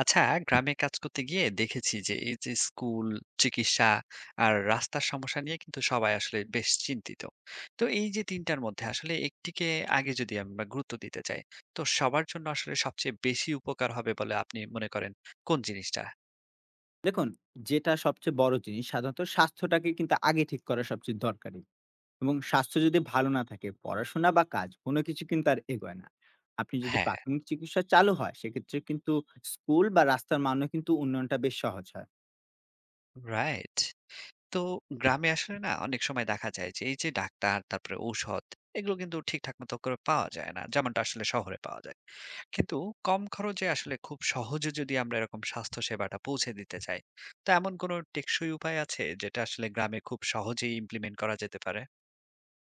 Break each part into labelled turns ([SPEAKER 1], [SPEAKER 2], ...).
[SPEAKER 1] আচ্ছা। গ্রামে কাজ করতে গিয়ে দেখেছি যে এই যে স্কুল, চিকিৎসা আর রাস্তার সমস্যা নিয়ে কিন্তু সবাই আসলে বেশ চিন্তিত। তো এই যে তিনটার মধ্যে আসলে একটিকে আগে যদি আমরা গুরুত্ব দিতে চাই, তো সবার জন্য আসলে সবচেয়ে বেশি উপকার হবে বলে আপনি মনে করেন কোন জিনিসটা?
[SPEAKER 2] দেখুন, যেটা সবচেয়ে বড় জিনিস সাধারণত স্বাস্থ্যটাকে কিন্তু আগে ঠিক করা সবচেয়ে দরকারি। এবং স্বাস্থ্য যদি ভালো না থাকে পড়াশোনা বা কাজ কোনো কিছু কিন্তু আর এগোয় না। আপনি যদি
[SPEAKER 1] হ্যাঁ।
[SPEAKER 2] প্রাথমিক চিকিৎসা চালু হয় সেক্ষেত্রে কিন্তু স্কুল বা রাস্তার মানও কিন্তু উন্নয়নটা বেশ সহজ হয়।
[SPEAKER 1] রাইট। তো গ্রামে আসলে না অনেক সময় দেখা যায় যে এই যে ডাক্তার, তারপরে ঔষধ এগুলো কিন্তু ঠিকঠাক মতো করে পাওয়া যায় না যেমনটা আসলে শহরে পাওয়া যায়। কিন্তু কম খরচে আসলে খুব সহজে যদি আমরা এরকম স্বাস্থ্য সেবাটা পৌঁছে দিতে চাই, তো এমন কোনো টেকসই উপায় আছে যেটা আসলে গ্রামে খুব সহজেই ইমপ্লিমেন্ট করা যেতে পারে?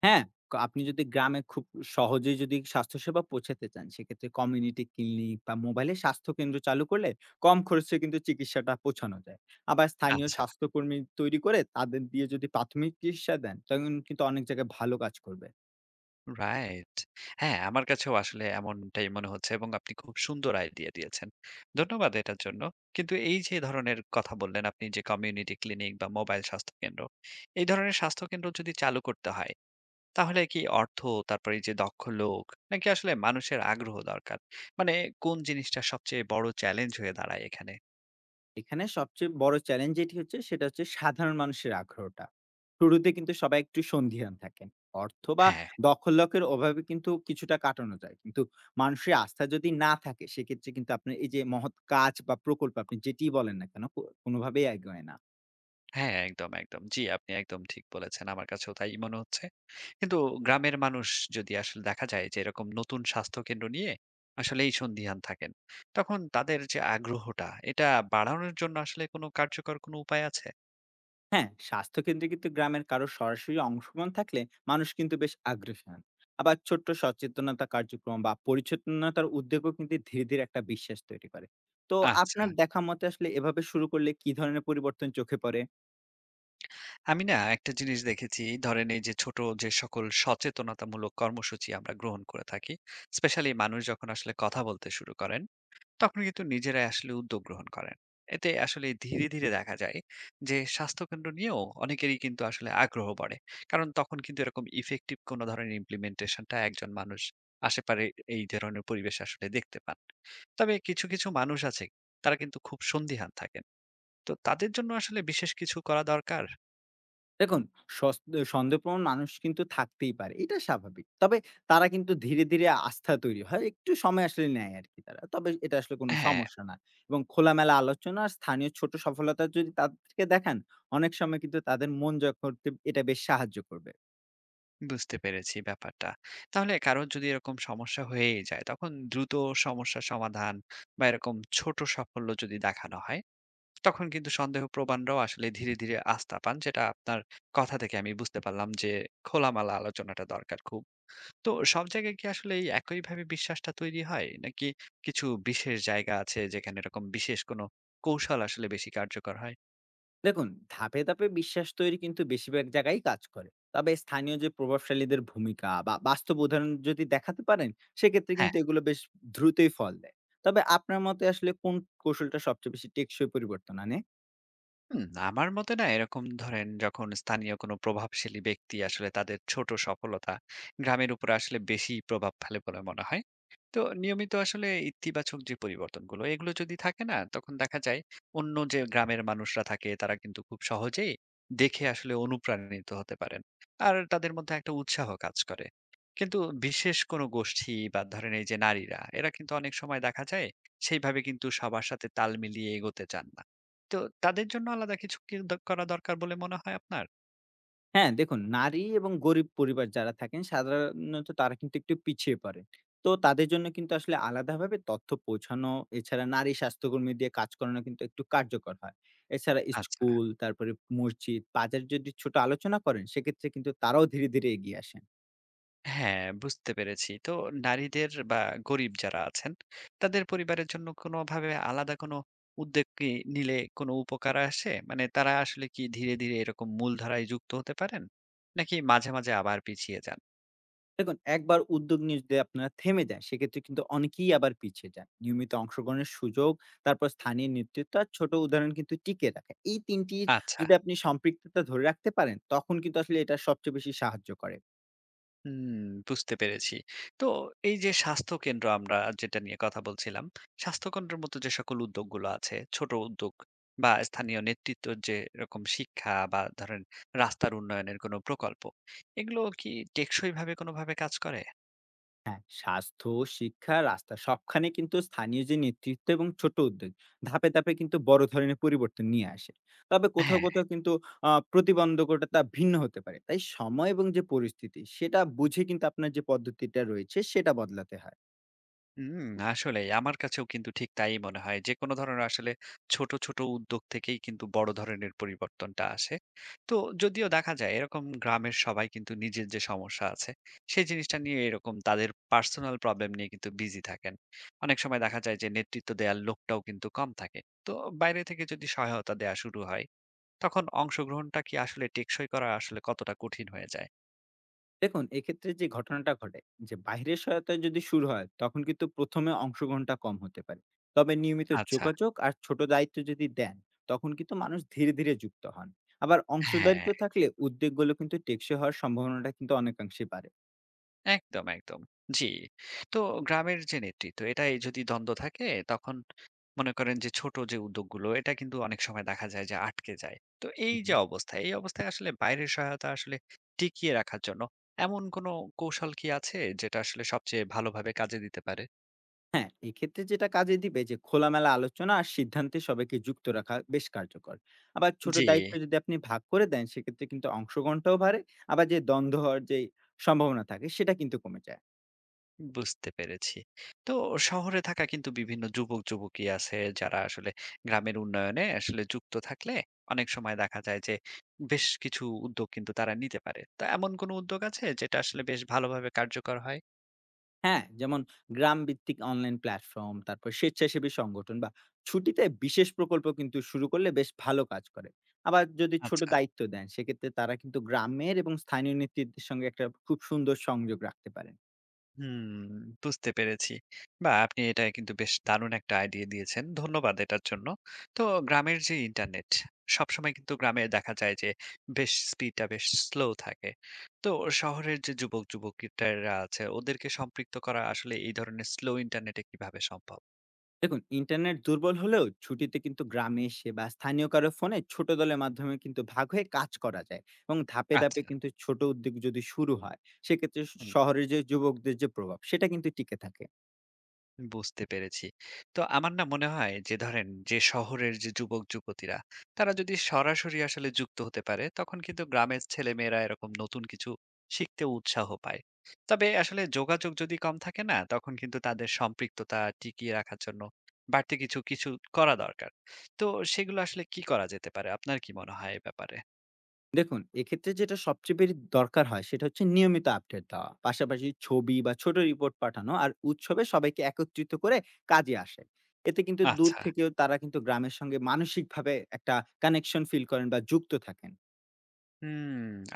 [SPEAKER 2] হ্যাঁ, আপনি যদি গ্রামে খুব সহজেই যদি স্বাস্থ্যসেবা পৌঁছাতে চান, সেক্ষেত্রে কমিউনিটি ক্লিনিক বা মোবাইলে স্বাস্থ্য কেন্দ্র চালু করলে কম খরচে কিন্তু চিকিৎসাটা পৌঁছানো যায়। আবার স্থানীয়
[SPEAKER 1] আচ্ছা।
[SPEAKER 2] স্বাস্থ্যকর্মী তৈরি করে তাদের দিয়ে যদি প্রাথমিক চিকিৎসা দেন, তখন কিন্তু অনেক জায়গায় ভালো কাজ করবে।
[SPEAKER 1] রাইট। হ্যাঁ, আমার কাছেও আসলে এমনটাই মনে হচ্ছে এবং আপনি খুব সুন্দর আইডিয়া দিয়েছেন। ধন্যবাদ এটার জন্য। কিন্তু এই যে ধরনের কথা বললেন আপনি যে কমিউনিটি ক্লিনিক বা মোবাইল স্বাস্থ্য কেন্দ্র, এই ধরনের স্বাস্থ্য কেন্দ্র যদি চালু করতে হয়, তাহলে কি অর্থ, তারপরে এই যে দক্ষ লোক, নাকি আসলে মানুষের আগ্রহ দরকার? মানে কোন জিনিসটা সবচেয়ে বড় চ্যালেঞ্জ হয়ে দাঁড়ায় এখানে?
[SPEAKER 2] এখানে সবচেয়ে বড় চ্যালেঞ্জ যেটি হচ্ছে সেটা হচ্ছে সাধারণ মানুষের আগ্রহটা। শুরুতে কিন্তু সবাই একটু সন্দিহান থাকেন। অর্থ বা
[SPEAKER 1] হ্যাঁ,
[SPEAKER 2] দখল লোকের অভাবে কিন্তু কিছুটা কাটানো যায়। কিন্তু মানুষের আস্থা যদি না থাকে সেক্ষেত্রে কিন্তু আপনার এই যে মহৎ কাজ বা প্রকল্প আপনি যেটিই বলেন না কেন কোনোভাবেই এগোয় না।
[SPEAKER 1] হ্যাঁ, একদম, একদম। জি, আপনি একদম ঠিক বলেছেন। আমার কাছেও তাই মনে হচ্ছে। কিন্তু গ্রামের মানুষ যদি আসলে দেখা যায় যে এরকম নতুন স্বাস্থ্যকেন্দ্র নিয়ে আসলেই সন্দিহান থাকেন, তখন তাদের যে আগ্রহটা, এটা বাড়ানোর জন্য আসলে কোনো কার্যকর কোনো উপায় আছে?
[SPEAKER 2] হ্যাঁ, স্বাস্থ্যকেন্দ্রে কিন্তু গ্রামের কারো সরাসরি অংশগ্রহণ থাকলে মানুষ কিন্তু বেশ আগ্রহী হন। আবার ছোট্ট সচেতনতা কার্যক্রম বা পরিচ্ছন্নতার উদ্যোগও কিন্তু ধীরে ধীরে একটা বিশ্বাস তৈরি করে। তো
[SPEAKER 1] আচ্ছা।
[SPEAKER 2] আপনার দেখা মতে আসলে এভাবে শুরু করলে কি ধরনের পরিবর্তন চোখে পড়ে?
[SPEAKER 1] আমি না একটা জিনিস দেখেছি ধরেন এই যে ছোট যে সকল সচেতনতামূলক কর্মসূচি আমরা গ্রহণ করে থাকি, স্পেশালি মানুষ যখন আসলে কথা বলতে শুরু করেন তখন কিন্তু নিজেরাই আসলে উদ্যোগ গ্রহণ করেন। এতে আসলে ধীরে ধীরে দেখা যায় যে স্বাস্থ্যকেন্দ্র নিয়েও অনেকেরই কিন্তু আসলে আগ্রহ বাড়ে। কারণ তখন কিন্তু এরকম ইফেক্টিভ কোনো ধরনের ইমপ্লিমেন্টেশনটা একজন মানুষ আশেপাশে এই ধরনের পরিবেশ আসলে দেখতে পান। তবে কিছু কিছু মানুষ আছে তারা কিন্তু খুব সন্দিহান থাকেন, তো তাদের জন্য আসলে বিশেষ কিছু করা দরকার।
[SPEAKER 2] দেখুন, সস সন্দেহপ্রবণ মানুষ কিন্তু থাকতেই পারে। এটা স্বাভাবিক। তবে তারা কিন্তু ধীরে, ধীরে আস্থা তৈরি হয়। একটু সময় আসলে নেয় আরকি তারা। তবে এটা আসলে কোনো
[SPEAKER 1] হ্যাঁ।
[SPEAKER 2] সমস্যা না। এবং খোলামেলা আলোচনা আর স্থানীয় ছোট সফলতা যদি তাদেরকে দেখান, অনেক সময় কিন্তু তাদের মন জয় করতে এটা বেশ সাহায্য করবে।
[SPEAKER 1] বুঝতে পেরেছি ব্যাপারটা। তাহলে কারোর যদি এরকম সমস্যা হয়েই যায়, তখন দ্রুত সমস্যা সমাধান বা এরকম ছোট সাফল্য যদি দেখানো হয়, তখন কিন্তু সন্দেহপ্রবণরাও আসলে ধীরে, ধীরে আস্থা পান। যেটা আপনার কথা থেকে আমি বুঝতে পারলাম যে খোলামেলা আলোচনাটা দরকার খুব। তো সব জায়গায় কি আসলে এই একইভাবে বিশ্বাসটা তৈরি হয়? নাকি কিছু বিশেষ জায়গা আছে যেখানে এরকম বিশেষ কোনো কৌশল আসলে বেশি কার্যকর হয়?
[SPEAKER 2] দেখুন, ধাপে ধাপে বিশ্বাস তৈরি কিন্তু বেশিরভাগ জায়গায় কাজ করে। তবে স্থানীয় যে প্রভাবশালীদের ভূমিকা বা বাস্তব উদাহরণ যদি দেখাতে পারেন সেক্ষেত্রে
[SPEAKER 1] হ্যাঁ।
[SPEAKER 2] কিন্তু এগুলো বেশ দ্রুতই ফল দেয়। তবে আপনার মতে আসলে কোন কৌশলটা সবচেয়ে বেশি টেকসই পরিবর্তন আনে?
[SPEAKER 1] হুম, আমার মতে না এরকম ধরেন যখন স্থানীয় কোনো প্রভাবশালী ব্যক্তি আসলে তাদের ছোট সফলতা গ্রামের উপর আসলে বেশি প্রভাব ফেলে বলে মনে হয়। তো নিয়মিত আসলে ইতিবাচক যে পরিবর্তনগুলো এগুলো যদি থাকে না তখন দেখা যায় অন্য যে গ্রামের মানুষরা থাকে তারা কিন্তু খুব সহজেই দেখে আসলে অনুপ্রাণিত হতে পারেন আর তাদের মধ্যে একটা উৎসাহ কাজ করে। কিন্তু বিশেষ কোনো গোষ্ঠী বা ধরেন এই যে নারীরা, এরা কিন্তু অনেক সময় দেখা যায় সেইভাবে কিন্তু সবার সাথে তাল মিলিয়ে এগোতে চান না। তো তাদের জন্য আলাদা কিছু কি করা দরকার বলে মনে হয় আপনার?
[SPEAKER 2] হ্যাঁ, দেখুন, নারী এবং গরিব পরিবার যারা থাকেন সাধারণত তারা কিন্তু একটু পিছিয়ে পড়েন। তো তাদের জন্য কিন্তু আসলে আলাদাভাবে তথ্য পৌঁছানো, এছাড়া নারী স্বাস্থ্যকর্মী দিয়ে কাজ করানো কিন্তু একটু কার্যকর হয়। এছাড়া
[SPEAKER 1] আচ্ছা।
[SPEAKER 2] স্কুল, তারপরে মসজিদ, বাজার যদি ছোট আলোচনা করেন সেক্ষেত্রে কিন্তু তারাও ধীরে, ধীরে এগিয়ে আসেন।
[SPEAKER 1] হ্যাঁ, বুঝতে পেরেছি। তো নারীদের বা গরিব যারা আছেন, তাদের পরিবারের জন্য কোনোভাবে আলাদা কোনো উদ্যোগ কি নিলে কোনো উপকার আসে? মানে তারা আসলে কি ধীরে, ধীরে এরকম মূলধারায় যুক্ত হতে পারেন? নাকি মাঝে, মাঝে আবার পিছিয়ে যান?
[SPEAKER 2] দেখুন, একবার উদ্যোগ নিয়ে যদি আপনারা থেমে যান, সেক্ষেত্রে কিন্তু অনেকেই আবার পিছিয়ে যান। নিয়মিত অংশগ্রহণের সুযোগ, তারপর স্থানীয় নেতৃত্ব আর ছোট উদাহরণ কিন্তু টিকিয়ে রাখে। এই ৩ টি
[SPEAKER 1] আচ্ছা।
[SPEAKER 2] যদি আপনি সম্পৃক্ততা ধরে রাখতে পারেন, তখন কিন্তু আসলে এটা সবচেয়ে বেশি সাহায্য করে।
[SPEAKER 1] হুম, বুঝতে পেরেছি। তো এই যে স্বাস্থ্যকেন্দ্র আমরা যেটা নিয়ে কথা বলছিলাম, স্বাস্থ্যকেন্দ্রের মতো যে সকল উদ্যোগগুলো আছে, ছোট উদ্যোগ বা স্থানীয় নেতৃত্বর যে এরকম শিক্ষা বা ধরেন রাস্তার উন্নয়নের কোনো প্রকল্প, এগুলো কি টেকসইভাবে কোনোভাবে কাজ করে?
[SPEAKER 2] হ্যাঁ, স্বাস্থ্য, শিক্ষা, রাস্তা সবখানে কিন্তু স্থানীয় যে নেতৃত্ব এবং ছোট উদ্যোগ, ধাপে, ধাপে কিন্তু বড় ধরনের পরিবর্তন নিয়ে আসে। তবে কোথাও,
[SPEAKER 1] হ্যাঁ।
[SPEAKER 2] কোথাও কিন্তু প্রতিবন্ধকতা ভিন্ন হতে পারে। তাই সময় এবং যে পরিস্থিতি, সেটা বুঝে কিন্তু আপনার যে পদ্ধতিটা রয়েছে, সেটা বদলাতে হয়।
[SPEAKER 1] হুম, আসলে আমার কাছেও কিন্তু ঠিক তাই মনে হয়। যেকোনো ধরনের আসলে ছোট, ছোট উদ্যোগ থেকেই কিন্তু বড় ধরনের পরিবর্তনটা আসে। তো যদিও দেখা যায় এরকম গ্রামের সবাই কিন্তু নিজের যে সমস্যা আছে, সেই জিনিসটা নিয়ে এরকম তাদের পার্সোনাল প্রবলেম নিয়ে কিন্তু বিজি থাকেন। অনেক সময় দেখা যায় যে নেতৃত্ব দেয়ার লোকটাও কিন্তু কম থাকে। তো বাইরে থেকে যদি সহায়তা দেয়া শুরু হয়, তখন অংশগ্রহণটা কি আসলে টেকসই করা আসলে কতটা কঠিন হয়ে যায়?
[SPEAKER 2] দেখুন, এক্ষেত্রে যে ঘটনাটা ঘটে যে বাহিরের সহায়তায় যদি শুরু হয় তখন কিন্তু ১ম এ অংশগ্রহণটা কম হতে পারে। তবে নিয়মিত
[SPEAKER 1] আচ্ছা,
[SPEAKER 2] যোগাযোগ আর ছোট দায়িত্ব যদি দেন তখন কিন্তু মানুষ ধীরে, ধীরে যুক্ত হন। আবার
[SPEAKER 1] হ্যাঁ।
[SPEAKER 2] অংশদারিত্ব থাকলে উদ্যোগগুলো কিন্তু টেকসই হওয়ার সম্ভাবনাটা কিন্তু অনেকাংশেই বাড়ে।
[SPEAKER 1] একদম, একদম। জি। তো গ্রামের যে নেতৃত্ব, এটাই যদি দ্বন্দ্ব থাকে, তখন মনে করেন যে ছোট যে উদ্যোগগুলো, এটা কিন্তু অনেক সময় দেখা যায় যে আটকে যায়। তো
[SPEAKER 2] হু,
[SPEAKER 1] এই যে
[SPEAKER 2] হুম।
[SPEAKER 1] অবস্থা, এই অবস্থায় আসলে বাইরের সহায়তা আসলে টিকিয়ে রাখার জন্য এমন কোনো কৌশল কি আছে, যেটা আসলে সবচেয়ে ভালোভাবে কাজে দিতে পারে?
[SPEAKER 2] হ্যাঁ, এক্ষেত্রে যেটা কাজে দিবে যে খোলামেলা আলোচনা আর সিদ্ধান্তে সবাইকে যুক্ত রাখা বেশ কার্যকর। আবার ছোট
[SPEAKER 1] জি।
[SPEAKER 2] দায়িত্ব যদি আপনি ভাগ করে দেন সেক্ষেত্রে কিন্তু অংশগ্রহণটাও বাড়ে। আবার যে দ্বন্দ্ব হওয়ার যে সম্ভাবনা থাকে সেটা কিন্তু কমে যায়।
[SPEAKER 1] বুঝতে পেরেছি। তো শহরে থাকা কিন্তু বিভিন্ন যুবক-যুবতী আছে যারা আসলে গ্রামের উন্নয়নে আসলে যুক্ত থাকলে অনেক সময় দেখা যায় যে বেশ কিছু উদ্যোগ কিন্তু তারা নিতে পারে। তো এমন কোন উদ্যোগ আছে যেটা আসলে বেশ ভালোভাবে কার্যকর হয়?
[SPEAKER 2] হ্যাঁ, যেমন গ্রাম ভিত্তিক অনলাইন প্ল্যাটফর্ম, তারপর স্বেচ্ছাসেবী সংগঠন বা ছুটিতে বিশেষ প্রকল্প কিন্তু শুরু করলে বেশ ভালো কাজ করে। আবার যদি ছোট
[SPEAKER 1] আচ্ছা।
[SPEAKER 2] দায়িত্ব দেন, সেক্ষেত্রে তারা কিন্তু গ্রামের এবং স্থানীয় নেতৃত্বের সঙ্গে একটা খুব সুন্দর সংযোগ রাখতে পারেন।
[SPEAKER 1] হুম, বুঝতে পেরেছি। বাহ! আপনি এটা কিন্তু বেশ দারুণ একটা আইডিয়া দিয়েছেন। ধন্যবাদ এটার জন্য। তো গ্রামের যে ইন্টারনেট, সবসময় কিন্তু গ্রামে দেখা যায় যে বেশ স্পিডটা বেশ স্লো থাকে। তো শহরের যে যুবক-যুবতীরা আছে ওদেরকে সম্পৃক্ত করা আসলে এই ধরনের স্লো ইন্টারনেটে কিভাবে সম্ভব?
[SPEAKER 2] দেখুন, ইন্টারনেট দুর্বল হলেও ছুটিতে কিন্তু গ্রামে এসে বা স্থানীয় কারো ফোনে ছোট দলের মাধ্যমে কিন্তু ভাগ হয়ে কাজ করা যায় এবং ধাপে,
[SPEAKER 1] আচ্ছা।
[SPEAKER 2] ধাপে কিন্তু ছোট উদ্যোগ যদি শুরু হয়, সেক্ষেত্রে
[SPEAKER 1] হুম।
[SPEAKER 2] শহরের যে যুবকদের যে প্রভাব, সেটা কিন্তু টিকে থাকে।
[SPEAKER 1] বুঝতে পেরেছি। তো আমার না মনে হয় যে ধরেন যে শহরের যে যুবক-যুবতীরা তারা যদি সরাসরি আসলে যুক্ত হতে পারে তখন কিন্তু গ্রামের ছেলেমেয়েরা এরকম নতুন কিছু শিখতে উৎসাহ পায়। তবে আসলে যোগাযোগ যদি কম থাকে না তখন কিন্তু তাদের সম্পৃক্ততা টিকিয়ে রাখার জন্য বাড়তি কিছু, কিছু করা দরকার। তো সেগুলো আসলে কি করা যেতে পারে? আপনার কি মনে হয় এ ব্যাপারে?
[SPEAKER 2] দেখুন, এক্ষেত্রে যেটা সবচেয়ে বেরি দরকার হয় সেটা হচ্ছে নিয়মিত আপডেট দেওয়া। পাশাপাশি ছবি বা ছোট রিপোর্ট পাঠানো আর উৎসবে সবাইকে একত্রিত করে কাজে আসে। এতে কিন্তু দূর
[SPEAKER 1] আচ্ছা।
[SPEAKER 2] থেকেও তারা কিন্তু গ্রামের সঙ্গে মানসিকভাবে একটা কানেকশন ফিল করেন বা যুক্ত থাকেন।
[SPEAKER 1] হুম,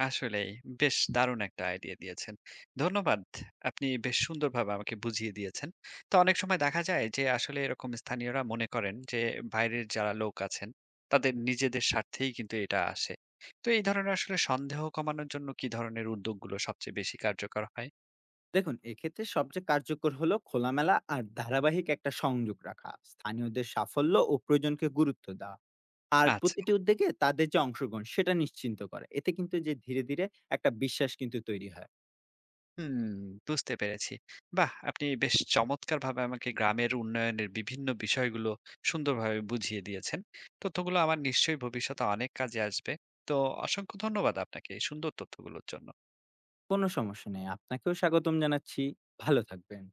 [SPEAKER 1] আসলেই বেশ দারুণ একটা আইডিয়া দিয়েছেন। ধন্যবাদ। আপনি বেশ সুন্দরভাবে আমাকে বুঝিয়ে দিয়েছেন। তো অনেক সময় দেখা যায় যে আসলে এরকম স্থানীয়রা মনে করেন যে বাইরের যারা লোক আছেন তাদের নিজেদের স্বার্থেই কিন্তু এটা আসে। তো এই ধরনের আসলে সন্দেহ কমানোর জন্য কি ধরনের উদ্যোগগুলো সবচেয়ে বেশি কার্যকর হয়?
[SPEAKER 2] দেখুন, এক্ষেত্রে সবচেয়ে কার্যকর হলো খোলামেলা আর ধারাবাহিক একটা সংযোগ রাখা। স্থানীয়দের সাফল্য ও প্রয়োজনকে গুরুত্ব দেওয়া। আর
[SPEAKER 1] আচ্ছা।
[SPEAKER 2] প্রতিটি উদ্যোগে তাদের যে অংশগ্রহণ সেটা নিশ্চিন্ত করে। এতে কিন্তু যে ধীরে, ধীরে একটা বিশ্বাস কিন্তু তৈরি হয়।
[SPEAKER 1] হুম, বুঝতে পেরেছি। বাহ! আপনি বেশ চমৎকারভাবে আমাকে গ্রামের উন্নয়নের বিভিন্ন বিষয়গুলো সুন্দরভাবে বুঝিয়ে দিয়েছেন। তথ্যগুলো আমার নিশ্চয়ই ভবিষ্যতে অনেক কাজে আসবে। তো অসংখ্য ধন্যবাদ আপনাকে এই সুন্দর তথ্যগুলোর জন্য।
[SPEAKER 2] কোনো সমস্যা নেই। আপনাকেও স্বাগতম জানাচ্ছি। ভালো থাকবেন।